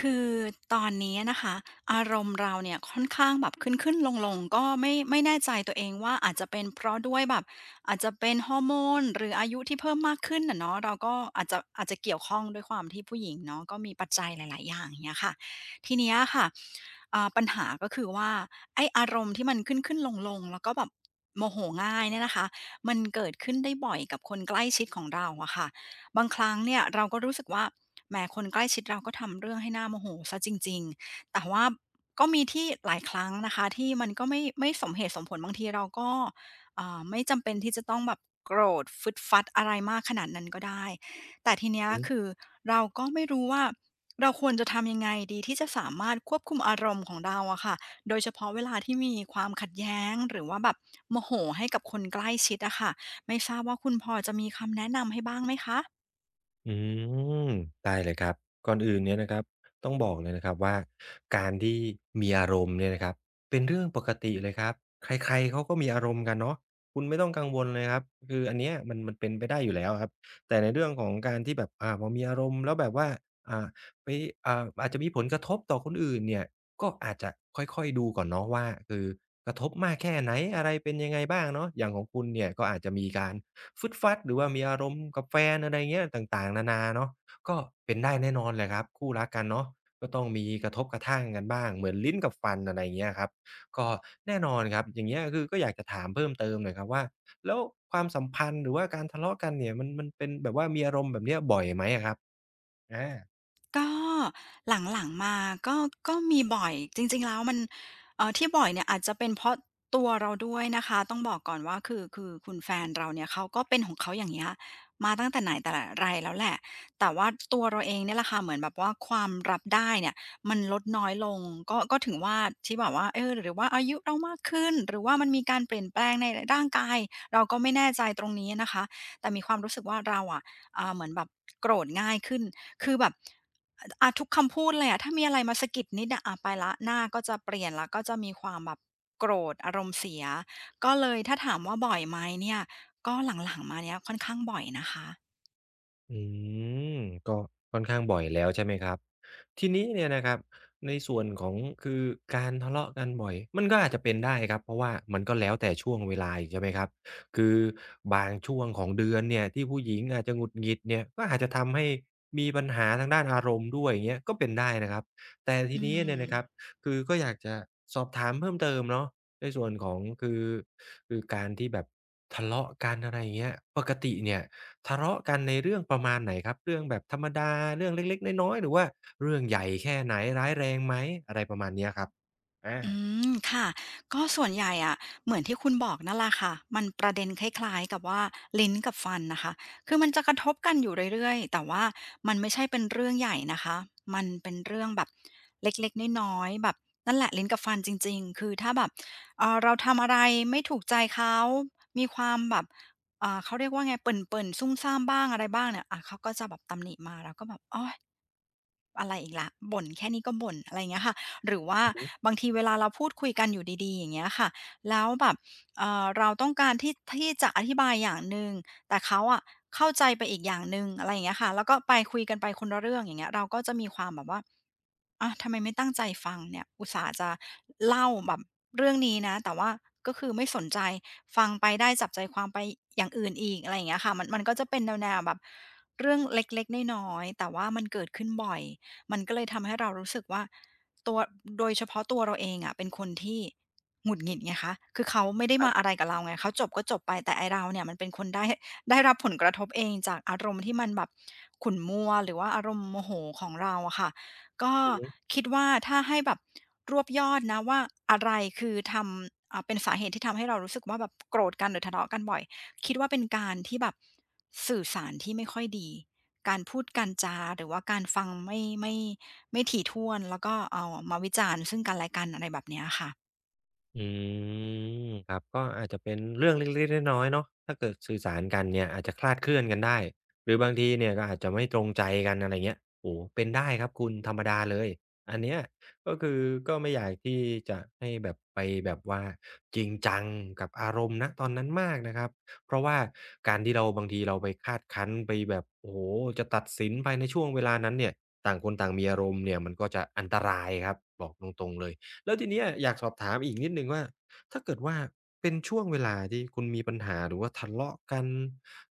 คือตอนนี้นะคะอารมณ์เราเนี่ยค่อนข้างแบบขึ้นขึ้นลงๆก็ไม่แน่ใจตัวเองว่าอาจจะเป็นเพราะด้วยแบบอาจจะเป็นฮอร์โมนหรืออายุที่เพิ่มมากขึ้นน่ะเนาะเราก็อาจจะเกี่ยวข้องด้วยความที่ผู้หญิงเนาะก็มีปัจจัยหลายๆอย่างอย่างเงี้ยค่ะทีเนี้ยค่ะปัญหาก็คือว่าไออารมณ์ที่มันขึ้นๆลงลงแล้วก็แบบโมโหง่ายเนี่ยนะคะมันเกิดขึ้นได้บ่อยกับคนใกล้ชิดของเราอะค่ะ บางครั้งเนี่ยเราก็รู้สึกว่าแหมคนใกล้ชิดเราก็ทำเรื่องให้หน้าโมโหซสจริงๆแต่ว่าก็มีที่หลายครั้งนะคะที่มันก็ไม่สมเหตุสมผลบางทีเราก็ไม่จำเป็นที่จะต้องแบบโกรธฟึดฟัดอะไรมากขนาดนั้นก็ได้แต่ทีเนี้ยอือคือเราก็ไม่รู้ว่าเราควรจะทำยังไงดีที่จะสามารถควบคุมอารมณ์ของเราอะค่ะโดยเฉพาะเวลาที่มีความขัดแย้งหรือว่าแบบโมโหให้กับคนใกล้ชิดอะค่ะไม่ทราบว่าคุณพอจะมีคำแนะนำให้บ้างไหมคะ อืมได้เลยครับก่อนอื่นเนี่ยนะครับต้องบอกเลยนะครับว่าการที่มีอารมณ์เนี่ยนะครับเป็นเรื่องปกติเลยครับใครๆเขาก็มีอารมณ์กันเนาะคุณไม่ต้องกังวลเลยครับคืออันเนี้ยมันเป็นไปได้อยู่แล้วครับแต่ในเรื่องของการที่แบบพอมีอารมณ์แล้วแบบว่าอ่าไปอ่าอาจจะมีผลกระทบต่อคนอื่นเนี่ยก็อาจจะค่อยๆดูก่อนเนาะว่าคือกระทบมากแค่ไหนอะไรเป็นยังไงบ้างเนาะอย่างของคุณเนี่ยก็อาจจะมีการ ฟึดฟัดหรือว่ามีอารมณ์กับแฟนอะไรเงี้ยต่างๆนานาเนาะก็เป็นได้แน่นอนแหละครับคู่รักกันเนาะก็ต้องมีกระทบกระทั่งกันบ้างเหมือนลิ้นกับฟันอะไรเงี้ยครับก็แน่นอนครับอย่างเงี้ยคือก็อยากจะถามเพิ่มเติมหน่อยครับว่าแล้วความสัมพันธ์หรือว่าการทะเลาะกันเนี่ยมันเป็นแบบว่ามีอารมณ์แบบเนี้ยบ่อยไหมอะครับอา ก็หลังๆมาก็ก็มีบ่อย จริงๆแล้วมันที่บ่อยเนี่ยอาจจะเป็นเพราะตัวเราด้วยนะคะต้องบอกก่อนว่าคือคุณแฟนเราเนี่ยเขาก็เป็นของเขาอย่างเงี้ยมาตั้งแต่ไหนแต่ไรแล้วแหละแต่ว่าตัวเราเองเนี่ยแหละค่ะเหมือนแบบว่าความรับได้เนี่ยมันลดน้อยลงก็ก็ถึงว่าที่แบบว่าเออหรือว่าอายุเรามากขึ้นหรือว่ามันมีการเปลี่ยนแปลงในร่างกายเราก็ไม่แน่ใจตรงนี้นะคะ แต่มีความรู้สึกว่าเราอะเหมือนแบบโกรธง่ายขึ้น คือแบบ อะทุกคำพูดเลยอะถ้ามีอะไรมาสะกิดนิดอะอะไปแล้วหน้าก็จะเปลี่ยนแล้วก็จะมีความแบบโกรธอารมณ์เสียก็เลยถ้าถามว่าบ่อยไหมเนี่ยก็หลังๆมาเนี้ยค่อนข้างบ่อยนะคะอืมก็ค่อนข้างบ่อยแล้วใช่ไหมครับทีนี้เนี่ยนะครับในส่วนของคือการทะเลาะกันบ่อยมันก็อาจจะเป็นได้ครับเพราะว่ามันก็แล้วแต่ช่วงเวลาอีกใช่ไหมครับคือบางช่วงของเดือนเนี่ยที่ผู้หญิงอาจจะหงุดหงิดเนี่ยก็อาจจะทำให้มีปัญหาทางด้านอารมณ์ด้วยอย่างเงี้ยก็เป็นได้นะครับแต่ทีอืนี้เนี่ยม นะครับคือก็อยากจะสอบถามเพิ่มเติมเนาะในส่วนของคือการที่แบบทะเลาะกันอะไรอย่างเงี้ยปกติเนี่ย ทะเลาะกันในเรื่องประมาณไหนครับเรื่องแบบธรรมดาเรื่องเล็กๆน้อยๆหรือว่าเรื่องใหญ่แค่ไหนร้ายแรงไหมอะไรประมาณเนี้ยครับอือามค่ะก็ส่วนใหญ่อะเหมือนที่คุณบอกนั่นแหละค่ะมันประเด็นคล้ายๆกับว่าลิ้นกับฟันนะคะคือมันจะกระทบกันอยู่เรื่อยๆแต่ว่ามันไม่ใช่เป็นเรื่องใหญ่นะคะมันเป็นเรื่องแบบเล็กๆน้อยๆแบบนั่นแหละลิ้นกับฟันจริงๆคือถ้าแบบเราทำอะไรไม่ถูกใจเขามีความแบบเขาเรียกว่าไงเปิ่นๆซุ่มซ่ามบ้างอะไรบ้างเนี่ยอาเขาก็จะแบบตำหนิมาเราก็แบบโอ๊ย อะไรอีกละบ่นแค่นี้ก็บ่นอะไรอย่างเงี้ยค่ะหรือว่าอือฮึบางทีเวลาเราพูดคุยกันอยู่ดีๆอย่างเงี้ยค่ะแล้วแบบเราต้องการที่จะอธิบายอย่างหนึ่งแต่เขาอะเข้าใจไปอีกอย่างหนึ่งอะไรอย่างเงี้ยค่ะแล้วก็ไปคุยกันไปคนละเรื่องอย่างเงี้ยเราก็จะมีความแบบว่าอ่ะทำไมไม่ตั้งใจฟังเนี่ยอุตส่าห์จะเล่าแบบเรื่องนี้นะแต่ว่าก็คือไม่สนใจฟังไปได้จับใจความไปอย่างอื่นอีกอะไรอย่างเงี้ยค่ะมันก็จะเป็นแนวๆแบบเรื่องเล็กๆน้อยๆแต่ว่ามันเกิดขึ้นบ่อย มันก็เลยทำให้เรารู้สึกว่าตัวโดยเฉพาะตัวเราเองอะเป็นคนที่หงุดหงิดไงคะคือเขาไม่ได้ครัมาอะไรบกับเราไงเขาจบก็จบไปแต่ไอ้เราเนี่ยมันเป็นคนได้ ได้รับผลกระทบเองจากอารมณ์ที่มันแบบขุ่นมัวหรือว่าอารมณ์โมโหของเราอะค่ะก็อือฮึ คิดว่าถ้าให้แบบรวบยอดนะว่าอะไรคือทำอ่าเป็นสาเหตุที่ทำให้เรารู้สึกว่าแบบโกรธกันหรือทะเลาะกันบ่อยคิดว่าเป็นการที่แบบสื่อสารที่ไม่ค่อยดี การพูดการจาหรือว่าการฟังไม่ถี่ถ้วนแล้วก็เอามาวิจารณ์ซึ่งกันและกันอะไรแบบเนี้ยค่ะ อืครับก็อาจจะเป็นเรื่องเล็กๆน้อยๆเนาะถ้าเกิดสื่อสารกันเนี่ยอาจจะคลาดเคลื่อนกันได้หรือบางทีเนี่ยก็อาจจะไม่ตรงใจกันอะไรเงี้ยโอ้โฮเป็นได้ครับคุณธรรมดาเลยอันเนี้ยก็คือก็ไม่อยากที่จะให้แบบไปแบบว่าจริงจังกับอารมณ์ณตอนนั้นมากนะครับเพราะว่าการที่เราบางทีเราไปคาดคั้นไปแบบโอ้โฮจะตัดสินไปในช่วงเวลานั้นเนี่ยต่างคนต่างมีอารมณ์เนี่ยมันก็จะอันตรายครับบอกตรงๆเลย แล้วทีเนี้ยอยากสอบถามอีกนิดหนึ่งว่าถ้าเกิดว่าเป็นช่วงเวลาที่คุณมีปัญหาหรือว่าทะเลาะกัน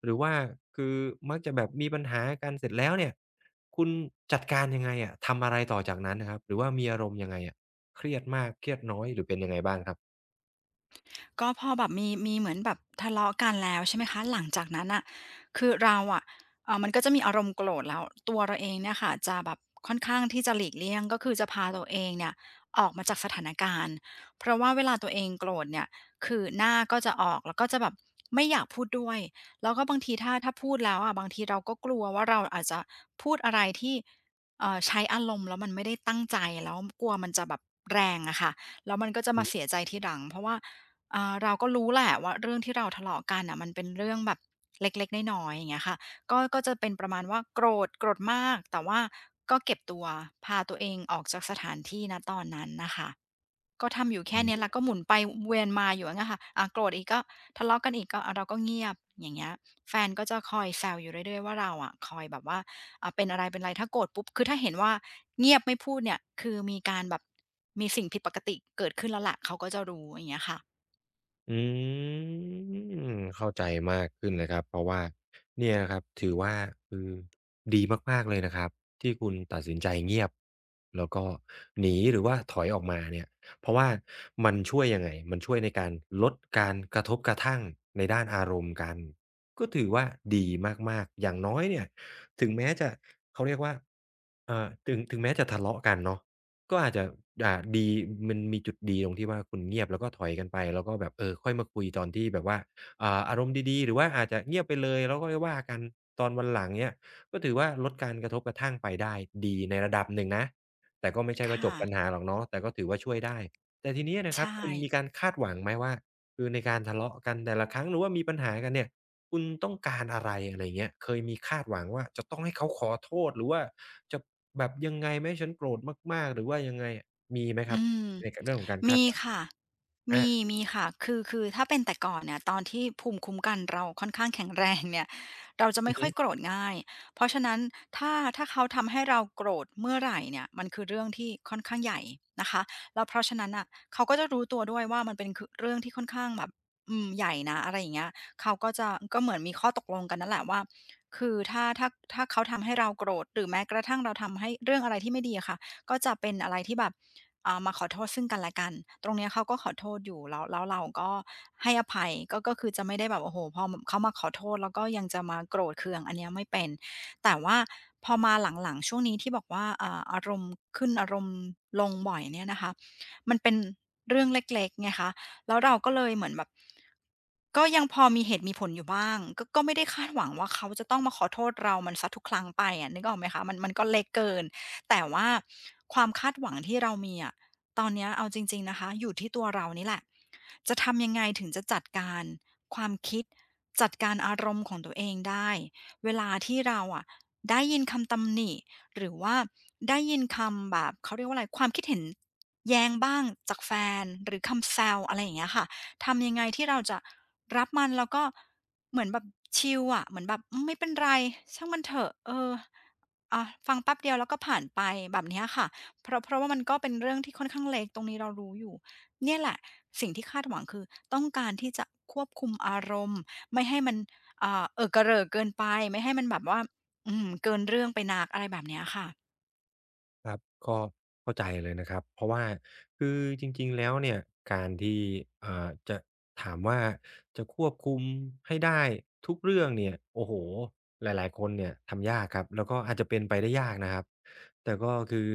หรือว่าคือมักจะแบบมีปัญหากันเสร็จแล้วเนี่ยคุณจัดการยังไงอะทำอะไรต่อจากนั้นน่ะครับหรือว่ามีอารมณ์ยังไงอะเครียดมากเครียดน้อยหรือเป็นยังไงบ้างครับก็พอแบบมีเหมือนแบบทะเลาะกันแล้วใช่ไหมคะหลังจากนั้นอะคือเราอะมันก็จะมีอารมณ์โกรธแล้วตัวเราเองเนี่ยค่ะจะแบบค่อนข้างที่จะหลีกเลี่ยงก็คือจะพาตัวเองเนี่ยออกมาจากสถานการณ์เพราะว่าเวลาตัวเองโกรธเนี่ยคือหน้าก็จะออกแล้วก็จะแบบไม่อยากพูดด้วยแล้วก็บางทีถ้าพูดแล้วอะบางทีเราก็กลัวว่าเราอาจจะพูดอะไรที่ใช้อารมณ์แล้วมันไม่ได้ตั้งใจแล้วกลัวมันจะแบบแรงอะค่ะแล้วมันก็จะอืมาเสีอยใจทีหลังเพราะว่า เราก็รู้แหละว่าเรื่องที่เราทะเลาะกันอ่ะมันเป็นเรื่องแบบเล็กๆน้อยๆอย่างเงี้ยค่ะก็จะเป็นประมาณว่าโกรธโกรธมากแต่ว่าก็เก็บตัวพาตัวเองออกจากสถานที่นะตอนนั้นนะคะก็ทำอยู่แค่เนี้ยฮึ แล้วก็หมุนไปเวียนมาอยู่อย่างเงี้ยค่ะอ่ะโกรธอีกก็ทะเลาะกันอีกก็เราก็เงียบอย่างเงี้ยแฟนก็จะคอยแซวอยู่เรื่อยๆว่าเราอะคอยแบบว่าอ่ะเป็นอะไรเป็นอะไรถ้าโกรธปุ๊บคือถ้าเห็นว่าเงียบไม่พูดเนี่ยคือมีการแบบมีสิ่งผิดปกติเกิดขึ้นแล้วละเขาก็จะรู้อย่างเงี้ยค่ะ อืมเข้าใจมากขึ้นเลยครับเพราะว่าเนี่ยนะครับถือว่าคือดีมากๆเลยนะครับที่คุณตัดสินใจเงียบแล้วก็หนีหรือว่าถอยออกมาเนี่ยเพราะว่ามันช่วยยังไงมันช่วยในการลดการกระทบกระทั่งในด้านอารมณ์กันก็ถือว่าดีมากๆอย่างน้อยเนี่ยถึงแม้จะเขาเรียกว่าถึงแม้จะทะเลาะกันเนาะ ก็อาจจะอ่าดีมันมีจุดดีตรงที่ว่าคุณเงียบแล้วก็ถอยกันไปแล้วก็แบบเออค่อยมาคุยตอนที่แบบว่าอารมณ์ดีๆหรือว่าอาจจะเงียบไปเลยแล้วก็ค่อยว่ากันตอนวันหลังเงี้ยก็ถือว่าลดการกระทบกระทั่งไปได้ดีในระดับหนึ่งนะแต่ก็ไม่ใช่ว่าจค่ะบปัญหาหรอกเนาะแต่ก็ถือว่าช่วยได้แต่ทีนี้นะใชครับ่ คุณมีการคาดหวังไหมว่าคือในการทะเลาะกันแต่ละครั้งหรือว่ามีปัญหากันเนี่ย คุณต้องการอะไรอะไรเงี้ยเคยมีคาดหวังว่าจะต้องให้เขาขอโทษหรือว่าจะแบบยังไงไม่ให้ฉันโกรธมากๆหรือว่ายังไงอะมีไหมครัอืบมในกเรื่องของการคาดมีหวังค่ะ อามี มีค่ะ คือถ้าเป็นแต่ก่อนเนี่ยตอนที่ภูมิคุ้มกันเราค่อนข้างแข็งแรงเนี่ยเราจะอืไม่อค่ฮึ อยโกรธง่าย เพราะฉะนั้น ถ้าเขาทำให้เราโกรธเมื่อไหรเนี่ย มันคือเรื่องที่ค่อนข้างใหญ่นะคะ แล้วเพราะฉะนั้นน่ะเขาก็จะรู้ตัวด้วยว่ามันเป็นคือเรื่องที่ค่อนข้างแบบอืมใหญ่นะอะไรอย่างเงี้ยเขาก็จะก็เหมือนมีข้อตกลงกันนั่นแหละว่าคือถ้าเขาทำให้เราโกรธหรือแม้กระทั่งเราทำให้เรื่องอะไรที่ไม่ดีอะค่ะก็จะเป็นอะไรที่แบบ มาขอโทษซึ่งกันและกันตรงเนี้ยเขาก็ขอโทษอยู่แล้วแล้วเราก็ให้อภัยก็ก็คือจะไม่ได้แบบโอ้โหพอเขามาขอโทษแล้วก็ยังจะมาโกรธเคืองอันเนี้ยไม่เป็นแต่ว่าพอมาหลังๆช่วงนี้ที่บอกว่าอารมณ์ขึ้นอารมณ์ลงบ่อยเนี่ยนะคะมันเป็นเรื่องเล็กๆไงคะแล้วเราก็เลยเหมือนแบบก็ยังพอมีเหตุมีผลอยู่บ้างก็ไม่ได้คาดหวังว่าเขาจะต้องมาขอโทษเรามันซสทุกครั้งไปอะนึกออกไหมคะมันก็เล็กเกิน แต่ว่าความคาดหวังที่เรามีอะตอนเนี้ยเอาจริงๆนะคะอยู่ที่ตัวเรานี่แหละ จะทำยังไงถึงจะจัดการความคิดจัดการอารมณ์ของตัวเองได้ เวลาที่เราอะได้ยินคำตำหนิหรือว่าได้ยินคำแบบเขาเรียกว่าอะไรความคิดเห็นแย้งบ้างจากแฟนหรือคำแซวอะไรอย่างเงี้ยค่ะทำยังไงที่เราจะรับมันแล้วก็เหมือนแบบชิลอะเหมือนแบบอืมไม่เป็นไรช่างมันเถอะเออ อาฟังแป๊บเดียวแล้วก็ผ่านไปแบบเนี้ยค่ะเพราะว่ามันก็เป็นเรื่องที่ค่อนข้างเล็กตรงนี้เรารู้อยู่เนี่ยแหละสิ่งที่คาดหวังคือต้องการที่จะควบคุมอารมณ์ไม่ให้มันเกร่อเกินไปไม่ให้มันแบบว่าอืมเกินเรื่องไปนักอะไรแบบเนี้ยค่ะครับก็เข้าใจเลยนะครับเพราะว่าคือจริงๆแล้วเนี่ยการที่จะถามว่าจะควบคุมให้ได้ทุกเรื่องเนี่ยโอ้โฮหลายๆคนเนี่ยทำยากครับแล้วก็อาจจะเป็นไปได้ยากนะครับแต่ก็คือ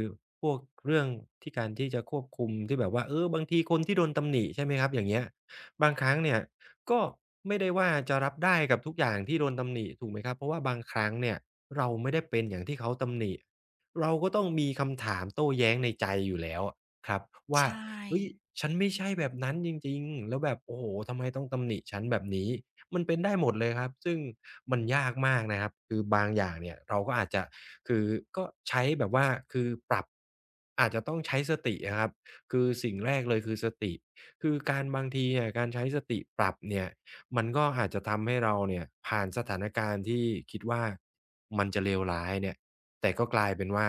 พวกเรื่องที่การที่จะควบคุมที่แบบว่าเออบางทีคนที่โดนตำหนิใช่ไหมครับอย่างเงี้ยบางครั้งเนี่ยก็ไม่ได้ว่าจะรับได้กับทุกอย่างที่โดนตำหนิถูกไหมครับเพราะว่าบางครั้งเนี่ยเราไม่ได้เป็นอย่างที่เขาตำหนิ เราก็ต้องมีคำถามโต้แย้งในใจอยู่แล้วอะครับใชว่า่เฮ้ยฉันไม่ใช่แบบนั้นจริงๆแล้วแบบโอ้โฮทำไมต้องตำหนิฉันแบบนี้มันเป็นได้หมดเลยครับซึ่งมันยากมากนะครับคือบางอย่างเนี่ยเราก็อาจจะคือก็ใช้แบบว่าคือปรับอาจจะต้องใช้สติอะครับคือสิ่งแรกเลยคือสติคือการบางทีอะการใช้สติปรับเนี่ยมันก็อาจจะทำให้เราเนี่ยผ่านสถานการณ์ที่คิดว่ามันจะเลวร้ายเนี่ย แต่ก็กลายเป็นว่า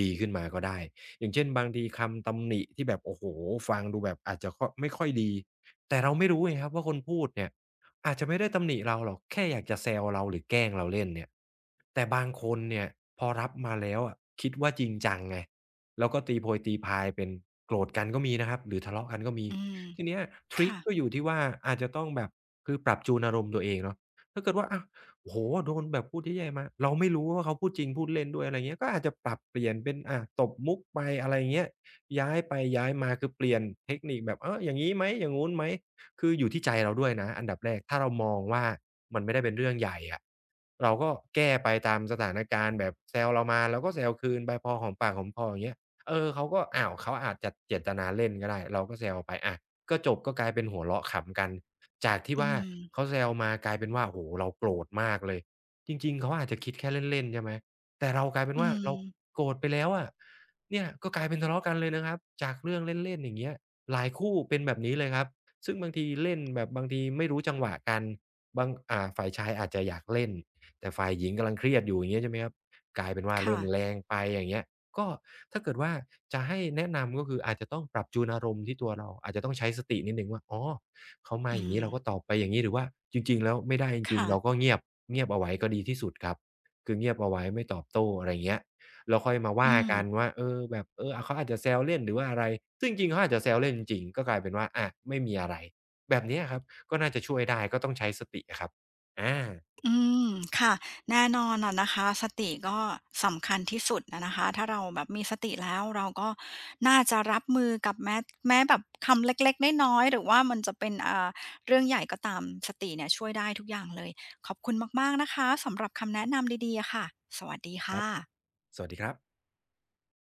ดีขึ้นมาก็ได้อย่างเช่นบางทีคำตำหนิที่แบบโอ้โฮฟังดูแบบอาจจะค่อไม่ค่อยดีแต่เราไม่รู้ไงครับว่าคนพูดเนี่ยอาจจะไม่ได้ตำหนิเราหรอกแค่อยากจะแซวเราหรือแกล้งเราเล่นเนี่ยแต่บางคนเนี่ยพอรับมาแล้วอะคิดว่าจริงจังไงแล้วก็ตีโพยตีพายเป็นโกรธกันก็มีนะครับหรือทะเลาะกันก็มีอืมทีเนี้ยทริกค่ะก็อยู่ที่ว่าอาจจะต้องแบบคือปรับจูนอารมณ์ตัวเองเนาะ ถ้าเกิดว่าอะโอ้โฮโดนแบบพูดเยอะแยะมาเราไม่รู้ว่าเขาพูดจริงพูดเล่นด้วยอะไรเงี้ยก็อาจจะปรับเปลี่ยนเป็นตบมุกไปอะไรเงี้ยย้ายไปย้ายมาคือเปลี่ยนเทคนิคแบบเอออย่างงี้ไหมอย่างงู้นไหมคืออยู่ที่ใจเราด้วยนะอันดับแรกถ้าเรามองว่ามันไม่ได้เป็นเรื่องใหญ่อะเราก็แก้ไปตามสถานการณ์แบบแซวเรามาเราก็แซวคืนไปพอหอมปากหอมคออย่างเงี้ยเออเขาก็อ้าวเขาอาจจะเจตนาเล่นก็ได้เราก็แซวไปอะ ก็จบก็กลายเป็นหัวเราะขำกันจากที่อืว่ามเขาแซวมากลายเป็นว่าโอ้โฮเราโกรธมากเลยจริงๆเขาอาจจะคิดแค่เล่นๆใช่ไหมแต่เรากลายเป็นอืว่าเรามโกรธไปแล้วอะเนี่ยก็กลายเป็นทะเลาะกันเลยนะครับจากเรื่องเล่นๆอย่างเงี้ยหลายคู่เป็นแบบนี้เลยครับซึ่งบางทีเล่นแบบบางทีไม่รู้จังหวะกันบางฝ่ายชายอาจจะอยากเล่นแต่ฝ่ายหญิงกำลังเครียดอยู่อย่างเงี้ยใช่ไหมครับกลายเป็นว่าค่ะเล่นแรงไปอย่างเงี้ย ก็ถ้าเกิดว่าจะให้แนะนำก็คืออาจจะต้องปรับจูนอารมณ์ที่ตัวเราอาจจะต้องใช้สตินิดหนึ่งว่าอ๋อเขามาอือย่างงี้มเราก็ตอบไปอย่างงี้หรือว่าจริงๆแล้วไม่ได้จริงค่ะๆเราก็เงียบเงียบเอาไว้ก็ดีที่สุดครับคือเงียบเอาไว้ไม่ตอบโต้อะไรอย่างเงี้ยแล้วค่อยมาว่าอืม กันว่าเออแบบเออเขาอาจจะแซวเล่นหรือว่าอะไรซึ่งจริงๆเขาอาจจะแซวเล่นจริงๆก็กลายเป็นว่าอาไม่มีอะไรแบบเนี้ยครับก็น่าจะช่วยได้ก็ต้องใช้สติอะครับอาอืมค่ะแน่นอนอะนะคะสติก็สำคัญที่สุดอะนะคะถ้าเราแบบมีสติแล้วเราก็น่าจะรับมือกับแม้แบบคำเล็กๆน้อยๆหรือว่ามันจะเป็นเรื่องใหญ่ก็ตามสติเนี่ยช่วยได้ทุกอย่างเลยขอบคุณมากๆนะคะสำหรับคำแนะนำดีๆอะค่ะสวัสดีคครับ่ะสวัสดีครับ